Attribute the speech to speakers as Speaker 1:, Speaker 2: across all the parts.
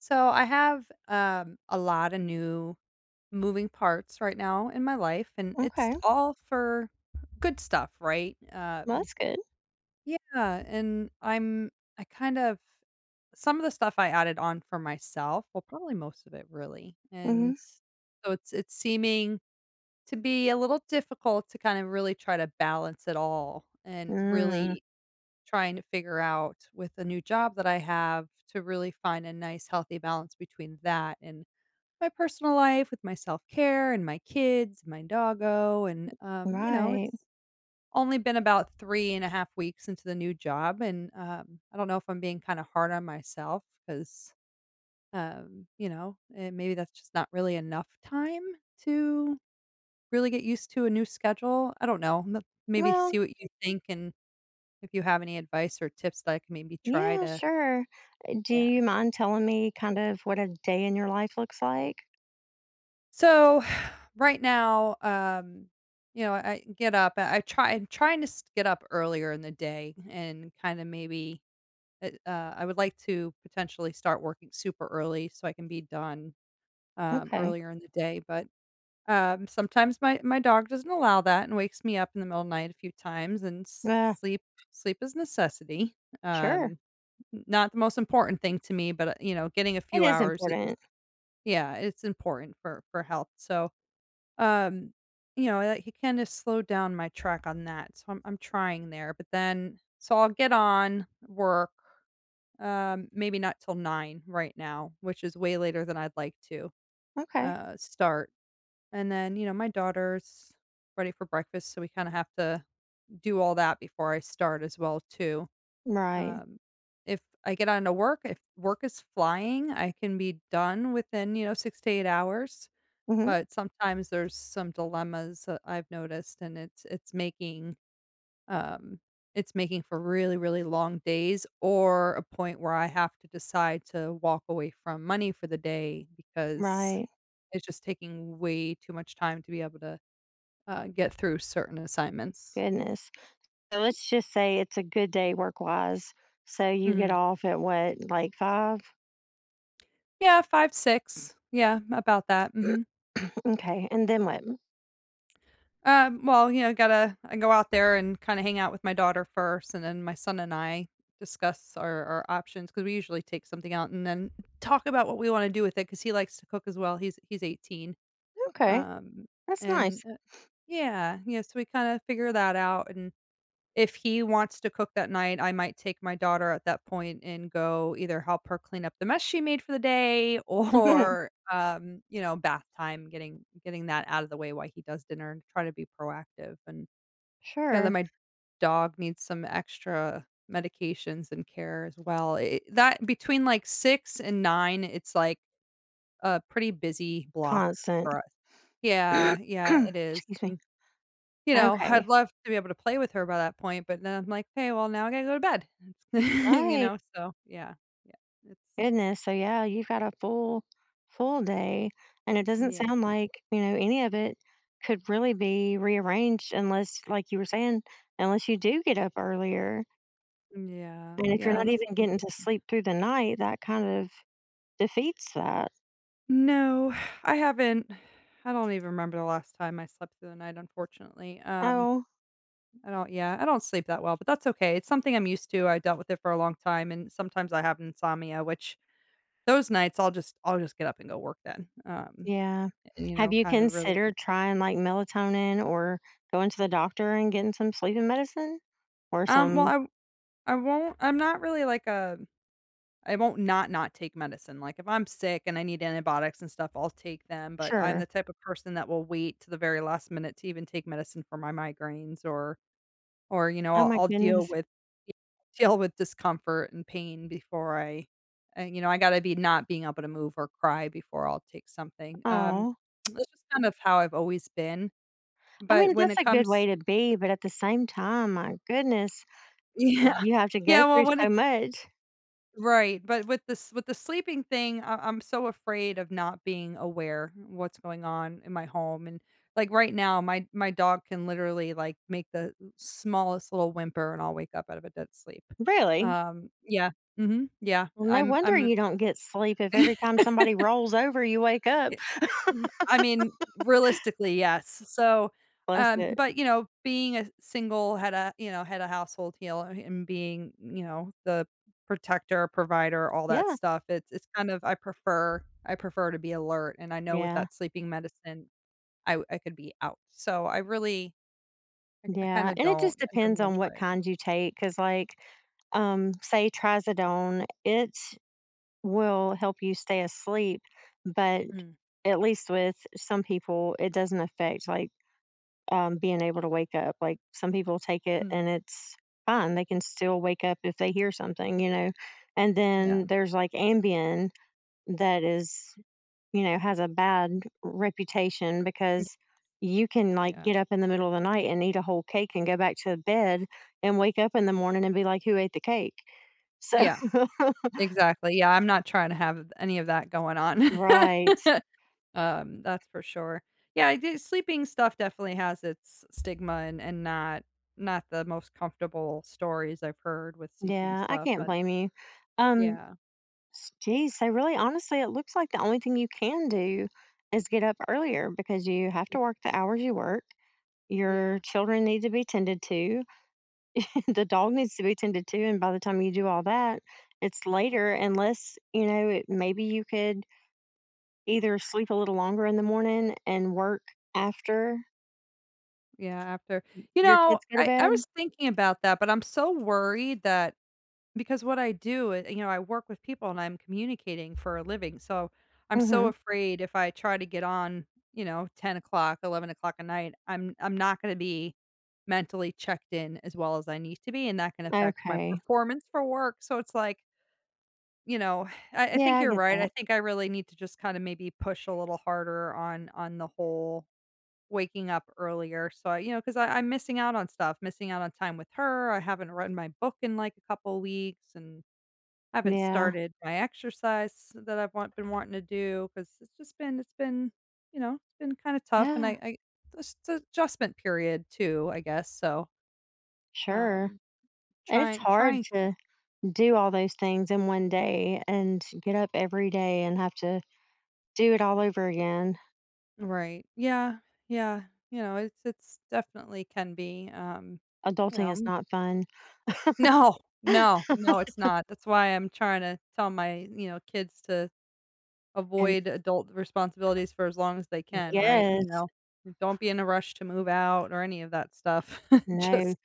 Speaker 1: So I have a lot of new moving parts right now in my life, and it's
Speaker 2: Okay.
Speaker 1: all for good stuff, right?
Speaker 2: Well, that's good.
Speaker 1: Yeah, and I kind of some of the stuff I added on for myself, well, probably most of it really, and
Speaker 2: Hmm.
Speaker 1: so it's seeming to be a little difficult to kind of really try to balance it all and
Speaker 2: Mm,
Speaker 1: really trying to figure out with a new job that I have to really find a nice healthy balance between that and my personal life with my self-care and my kids, my doggo, and,
Speaker 2: right.
Speaker 1: it's only been about 3 and a half weeks into the new job, and, I don't know if I'm being kinda hard on myself 'cause, maybe that's just not really enough time to really get used to a new schedule. I don't know, m maybe
Speaker 2: Well,
Speaker 1: see what you think and if you have any advice or tips that I can maybe try
Speaker 2: yeah,
Speaker 1: to
Speaker 2: sure. Do
Speaker 1: Yeah.
Speaker 2: you mind telling me kind of what a day in your life looks like?
Speaker 1: So right now, I get up. I try. I'm trying to get up earlier in the day and kind of maybe. I would like to potentially start working super early so I can be done
Speaker 2: Okay.
Speaker 1: earlier in the day. But sometimes my dog doesn't allow that and wakes me up in the middle of the night a few times. And
Speaker 2: Uh,
Speaker 1: sleep sleep is necessity.
Speaker 2: sure.
Speaker 1: Um, Not the most important thing to me, but getting a
Speaker 2: It
Speaker 1: few
Speaker 2: is
Speaker 1: hours is
Speaker 2: important.
Speaker 1: yeah, it's important for health. So um, he kinda slowed down my track on that, so I'm trying there, but then so I'll get on work, maybe not till 9 right now, which is way later than I'd like to,
Speaker 2: Okay.
Speaker 1: start, and then, you know, my daughter's ready for breakfast, so we kinda have to do all that before I start as well too.
Speaker 2: Right.
Speaker 1: Um, if I get on to work, if work is flying, I can be done within, you know, 6 to 8 hours.
Speaker 2: Hmm.
Speaker 1: But sometimes there's some dilemmas that I've noticed, and it's making, um it's making for really, really long days or a point where I have to decide to walk away from money for the day because
Speaker 2: Right.
Speaker 1: it's just taking way too much time to be able to, get through certain assignments.
Speaker 2: Goodness. So let's just say it's a good day work wise. So you get
Speaker 1: Mhm.
Speaker 2: off at what, like five?
Speaker 1: Yeah, 5, 6. Yeah, about that, mhm.
Speaker 2: Okay. And then what?
Speaker 1: Well, you know, gotta I go out there and kinda hang out with my daughter first, and then my son and I discuss our options because we usually take something out and then talk about what we wanna do with it because he likes to cook as well. He's 18.
Speaker 2: Okay.
Speaker 1: Um,
Speaker 2: That's
Speaker 1: and,
Speaker 2: nice.
Speaker 1: uh Yeah, yeah, so we kinda figure that out and if he wants to cook that night, I might take my daughter at that point and go either help her clean up the mess she made for the day or, bath time, getting that out of the way while he does dinner and try to be proactive. And, you know, that
Speaker 2: Sure.
Speaker 1: my dog needs some extra medications and care as well. It that between, like, 6 and 9, it's, like, a pretty busy block
Speaker 2: Constant.
Speaker 1: for us. Yeah, yeah, it is.
Speaker 2: Excuse me.
Speaker 1: You know, I'd
Speaker 2: Okay.
Speaker 1: love to be able to play with her by that point, but then I'm like, "Okay, well, now I gotta go to bed." You
Speaker 2: Right.
Speaker 1: know, so yeah, yeah, it's
Speaker 2: Goodness. So yeah, you've got a full, full day, and it doesn't
Speaker 1: yeah,
Speaker 2: sound like you know any of it could really be rearranged unless, like you were saying, unless you do get up earlier.
Speaker 1: yeah,
Speaker 2: And if you're
Speaker 1: yeah,
Speaker 2: not
Speaker 1: that's
Speaker 2: even
Speaker 1: something.
Speaker 2: getting to sleep through the night, that kind of defeats that.
Speaker 1: No, I haven't. I don't even remember the last time I slept through the night, unfortunately.
Speaker 2: Oh,
Speaker 1: I don't yeah, I don't sleep that well, but that's okay. It's something I'm used to. I dealt with it for a long time, and sometimes I have insomnia, which those nights I'll just get up and go work then,
Speaker 2: yeah.
Speaker 1: and, you
Speaker 2: Have
Speaker 1: know,
Speaker 2: you
Speaker 1: kind of really.
Speaker 2: considered trying like melatonin or going to the doctor and getting some sleeping medicine or
Speaker 1: Well,
Speaker 2: some?
Speaker 1: I won't I'm not really like a I won't not take medicine. Like, if I'm sick and I need antibiotics and stuff, I'll take them, but I'm the
Speaker 2: Sure.
Speaker 1: type of person that will wait to the very last minute to even take medicine for my migraines or, you know,
Speaker 2: Oh
Speaker 1: I'll
Speaker 2: my
Speaker 1: I'll deal
Speaker 2: goodness.
Speaker 1: with yeah, deal with discomfort and pain before I I gotta be not being able to move or cry before I'll take something.
Speaker 2: Oh.
Speaker 1: That's just kind of how I've always been,
Speaker 2: I
Speaker 1: but
Speaker 2: mean,
Speaker 1: when
Speaker 2: that's
Speaker 1: it
Speaker 2: a good way
Speaker 1: comes
Speaker 2: to be, but at the same time, my goodness,
Speaker 1: yeah.
Speaker 2: you have to go
Speaker 1: Yeah, well,
Speaker 2: through
Speaker 1: when
Speaker 2: so
Speaker 1: it
Speaker 2: much.
Speaker 1: right, but with this with the sleeping thing, I'm so afraid of not being aware what's going on in my home, and, like, right now, my dog can literally, like, make the smallest little whimper, and I'll wake up out of a dead sleep.
Speaker 2: Really?
Speaker 1: Yeah. Mhm, yeah,
Speaker 2: Well, no
Speaker 1: I'm
Speaker 2: wonder
Speaker 1: I'm
Speaker 2: you don't get sleep if every time somebody rolls over, you wake up.
Speaker 1: mm, I mean, realistically, yes. So,
Speaker 2: Bless it.
Speaker 1: but, you know, being a single head a you know, head of household heel and being, you know, the protector, provider, all that
Speaker 2: Yeah.
Speaker 1: stuff, it's kind of I prefer to be alert, and I know with
Speaker 2: Yeah.
Speaker 1: that sleeping medicine, I could be out. So, I really I
Speaker 2: Yeah.
Speaker 1: kinda
Speaker 2: And it
Speaker 1: don't
Speaker 2: just
Speaker 1: I don't
Speaker 2: depends
Speaker 1: wanna
Speaker 2: on what
Speaker 1: try it.
Speaker 2: kind you take. Cause, like, say trazodone, it will help you stay asleep, but
Speaker 1: Mm,
Speaker 2: at least with some people, it doesn't affect like being able to wake up. Like some people take it
Speaker 1: mm,
Speaker 2: and it's fine. They can still wake up if they hear something, you know. And
Speaker 1: yeah,
Speaker 2: then there's like Ambien that is, you know, has a bad reputation
Speaker 1: yeah,
Speaker 2: because you can like
Speaker 1: yeah.
Speaker 2: get up in the middle of the night and eat a whole cake and go back to bed and wake up in the morning and be like, who ate the cake? So,
Speaker 1: Yeah, exactly. Yeah, I'm not trying to have any of that going on.
Speaker 2: right.
Speaker 1: That's for sure. Yeah, I do sleeping stuff definitely has its stigma and not not the most comfortable stories I've heard with sleeping
Speaker 2: Yeah, I
Speaker 1: stuff,
Speaker 2: can't
Speaker 1: but
Speaker 2: blame you. Um,
Speaker 1: yeah.
Speaker 2: Geez, so really, honestly, it looks like the only thing you can do is get up earlier because you have to work the hours you work. Your
Speaker 1: Yeah.
Speaker 2: children need to be tended to. The dog needs to be tended to. And by the time you do all that, it's later, unless, you know, it, maybe you could either sleep a little longer in the morning and work after
Speaker 1: Yeah, after you
Speaker 2: your
Speaker 1: know,
Speaker 2: kids go to
Speaker 1: I
Speaker 2: bed.
Speaker 1: was thinking about that, but I'm so worried that because what I do, I you know, I work with people and I'm communicating for a living, so I'm so
Speaker 2: Hmm.
Speaker 1: afraid if I try to get on, you know, 10 o'clock, 11 o'clock at night, I'm not gonna be mentally checked in as well as I need to be, and that can affect my
Speaker 2: Okay.
Speaker 1: performance for work, so it's like, you know, I
Speaker 2: Yeah,
Speaker 1: think
Speaker 2: I
Speaker 1: you're
Speaker 2: get
Speaker 1: right,
Speaker 2: that.
Speaker 1: I think I really need to just kinda maybe push a little harder on the whole waking up earlier, so, I, you know, because I'm missing out on stuff, missing out on time with her, I haven't read my book in, like, a couple weeks, and I haven't
Speaker 2: Yeah.
Speaker 1: started my exercise that I've want been wanting to do because it's just been it's been, you know, it's been kinda tough and
Speaker 2: Yeah,
Speaker 1: I it's an adjustment period too, I guess, so,
Speaker 2: sure.
Speaker 1: um,
Speaker 2: And it's hard
Speaker 1: trying to
Speaker 2: to do all those things in one day and get up every day and have to do it all over again.
Speaker 1: right. Yeah, yeah, you know, it's definitely can be, you know
Speaker 2: Adulting is
Speaker 1: m-
Speaker 2: not fun.
Speaker 1: No, no, no, it's not. That's why I'm trying to tell my, you know, kids to
Speaker 2: And
Speaker 1: avoid adult responsibilities for as long as they can, right? You
Speaker 2: yes,
Speaker 1: know, don't be in a rush to move out or any of that stuff.
Speaker 2: no,
Speaker 1: Just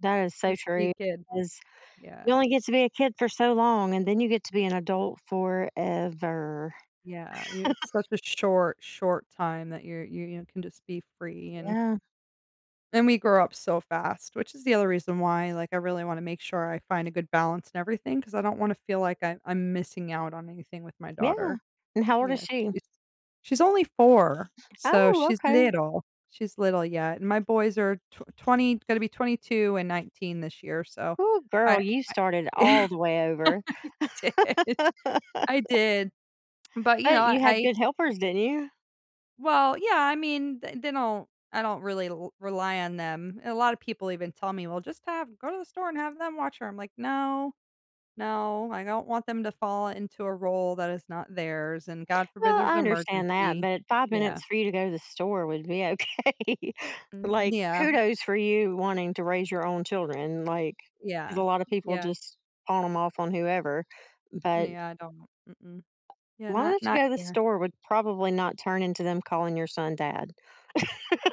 Speaker 2: that is so
Speaker 1: just be a
Speaker 2: true
Speaker 1: kid.
Speaker 2: because
Speaker 1: Yeah,
Speaker 2: you only get to be a kid for so long and then you get to be an adult forever.
Speaker 1: yeah, you it's such a short, short time that you're you can just be free
Speaker 2: Yeah.
Speaker 1: and we grow up so fast, which is the other reason why, like, I really wanna make sure I find a good balance and everything, because I don't wanna feel like I'm missing out on anything with my
Speaker 2: Yeah.
Speaker 1: daughter.
Speaker 2: And how old is
Speaker 1: Yeah,
Speaker 2: she?
Speaker 1: she's she's only 4, so
Speaker 2: Oh,
Speaker 1: she's
Speaker 2: okay.
Speaker 1: little. She's little yet, and my boys are tw 20 gonna be 22 and 19 this year, so
Speaker 2: Oh,
Speaker 1: I
Speaker 2: girl, you started
Speaker 1: I
Speaker 2: all the way over,
Speaker 1: I did, I did. But, you know,
Speaker 2: but
Speaker 1: I
Speaker 2: you had
Speaker 1: I
Speaker 2: good helpers, didn't you?
Speaker 1: well, yeah, I mean, th they don't I don't really l rely on them. A lot of people even tell me, "Well, just have go to the store and have them watch her." I'm like, "No, no, I don't want them to fall into a role that is not theirs, and God forbid
Speaker 2: Well,
Speaker 1: there's
Speaker 2: I
Speaker 1: an
Speaker 2: understand that,
Speaker 1: emergency."
Speaker 2: but 5
Speaker 1: Yeah.
Speaker 2: minutes for you to go to the store would be okay.
Speaker 1: Mm,
Speaker 2: Like,
Speaker 1: yeah.
Speaker 2: kudos for you wanting to raise your own children, like, because
Speaker 1: Yeah.
Speaker 2: a lot of people
Speaker 1: Yeah.
Speaker 2: just pawn them off on whoever, but
Speaker 1: Yeah, I don't mm-mm. Yeah,
Speaker 2: long
Speaker 1: not
Speaker 2: enough to
Speaker 1: not
Speaker 2: go to the
Speaker 1: here.
Speaker 2: store would probably not turn into them calling your son dad.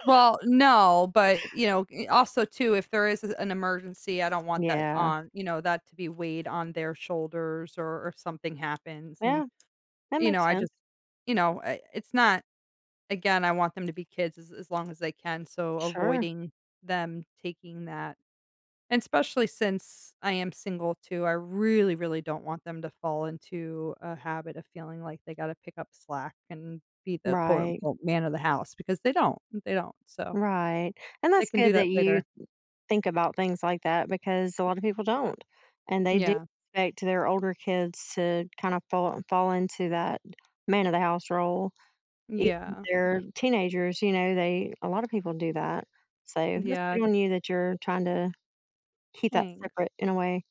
Speaker 1: Well, no, but, you know, also too, if there is an emergency, I don't want that
Speaker 2: Yeah.
Speaker 1: on you know, that to be weighed on their shoulders or if something happens and,
Speaker 2: Yeah, that
Speaker 1: you know,
Speaker 2: makes
Speaker 1: I
Speaker 2: sense.
Speaker 1: just you know, I it's not again, I want them to be kids as long as they can, so
Speaker 2: Sure.
Speaker 1: avoiding them taking that. And especially since I am single too, I really, really don't want them to fall into a habit of feeling like they gotta pick up slack and be the quote
Speaker 2: Right.
Speaker 1: unquote man of the house because they don't, they don't. So
Speaker 2: Right. And
Speaker 1: they
Speaker 2: that's
Speaker 1: can do
Speaker 2: good that
Speaker 1: that
Speaker 2: you
Speaker 1: later.
Speaker 2: think about things like that because a lot of people don't, and they do
Speaker 1: Yeah.
Speaker 2: expect their older kids to kind of fall into that man of the house role. Even if
Speaker 1: Yeah.
Speaker 2: they're teenagers, you know, they a lot of people do that. So that's
Speaker 1: Yeah,
Speaker 2: good on you
Speaker 1: it's
Speaker 2: that you're trying to keep that
Speaker 1: thanks.
Speaker 2: separate in a way.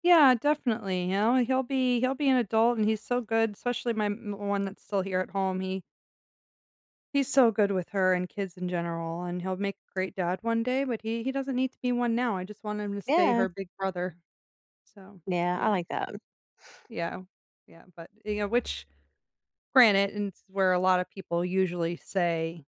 Speaker 1: Yeah, definitely, you know, he'll be an adult and he's so good, especially my m one that's still here at home. He's so good with her and kids in general, and he'll make a great dad one day, but he doesn't need to be one now. I just want him to stay
Speaker 2: Yeah,
Speaker 1: her big brother. So,
Speaker 2: yeah, I
Speaker 1: yeah,
Speaker 2: like that.
Speaker 1: yeah, yeah, but, you know, which granted, and it's where a lot of people usually say,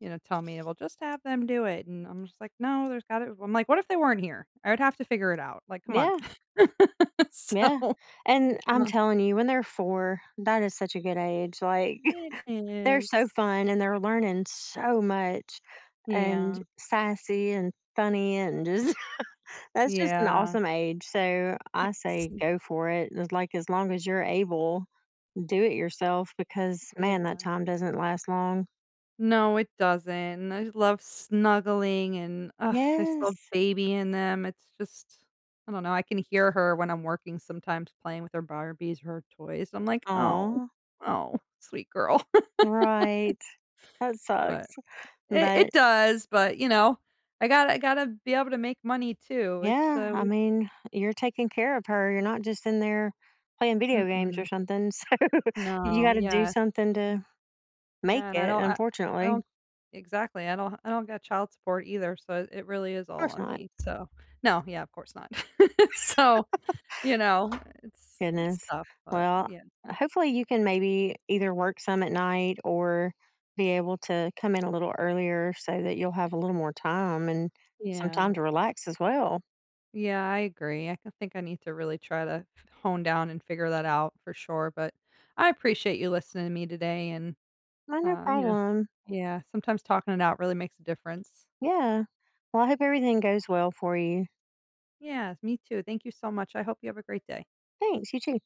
Speaker 1: you know, tell me, "Well, just have them do it," and I'm just like, "No, there's got it. I'm like, "What if they weren't here? I would have to figure it out, like, come on."
Speaker 2: Yeah, yeah,
Speaker 1: So,
Speaker 2: and I'm
Speaker 1: uh,
Speaker 2: telling you, when they're four, that is such a good age. Like,
Speaker 1: it
Speaker 2: they're so
Speaker 1: is.
Speaker 2: fun and they're learning so much, and
Speaker 1: Yeah,
Speaker 2: sassy and funny and just that's just an
Speaker 1: yeah,
Speaker 2: awesome age. So I
Speaker 1: it's
Speaker 2: say go for it. As like as long as you're able, do it yourself because
Speaker 1: yeah.
Speaker 2: man, that time doesn't last long.
Speaker 1: No, it doesn't. I love snuggling and, ugh, there's still a
Speaker 2: Yes.
Speaker 1: baby in them. It's just I don't know, I can hear her when I'm working sometimes playing with her Barbies or her toys. I'm like, "Oh,
Speaker 2: Oh.
Speaker 1: oh, sweet girl."
Speaker 2: Right. That
Speaker 1: But
Speaker 2: sucks.
Speaker 1: it
Speaker 2: But
Speaker 1: it does, but, you know, I gotta be able to make money too. It's,
Speaker 2: yeah, I
Speaker 1: we
Speaker 2: mean, you're taking care of her. You're not just in there playing video games or
Speaker 1: mm-mm.
Speaker 2: something. So you
Speaker 1: No,
Speaker 2: gotta do
Speaker 1: yeah,
Speaker 2: something to make
Speaker 1: yeah, and
Speaker 2: it,
Speaker 1: I
Speaker 2: unfortunately. Of
Speaker 1: don't exactly, I don't get child support either, so it really is all
Speaker 2: course
Speaker 1: on
Speaker 2: not.
Speaker 1: me. So, no, yeah, of course not. So you know, it's
Speaker 2: Goodness.
Speaker 1: tough, but
Speaker 2: Well,
Speaker 1: yeah.
Speaker 2: hopefully you can maybe either work some at night or be able to come in a little earlier so that you'll have a little more time and some
Speaker 1: Yeah.
Speaker 2: time to relax as well.
Speaker 1: Yeah, I agree. I c think I need to really try to f hone down and figure that out for sure, but I appreciate you listening to me today and,
Speaker 2: Oh, no
Speaker 1: you know
Speaker 2: problem.
Speaker 1: yeah, sometimes talking it out really makes a difference.
Speaker 2: Yeah. Well, I hope everything goes well for you.
Speaker 1: Yeah, me too. Thank you so much. I hope you have a great day.
Speaker 2: Thanks. You too.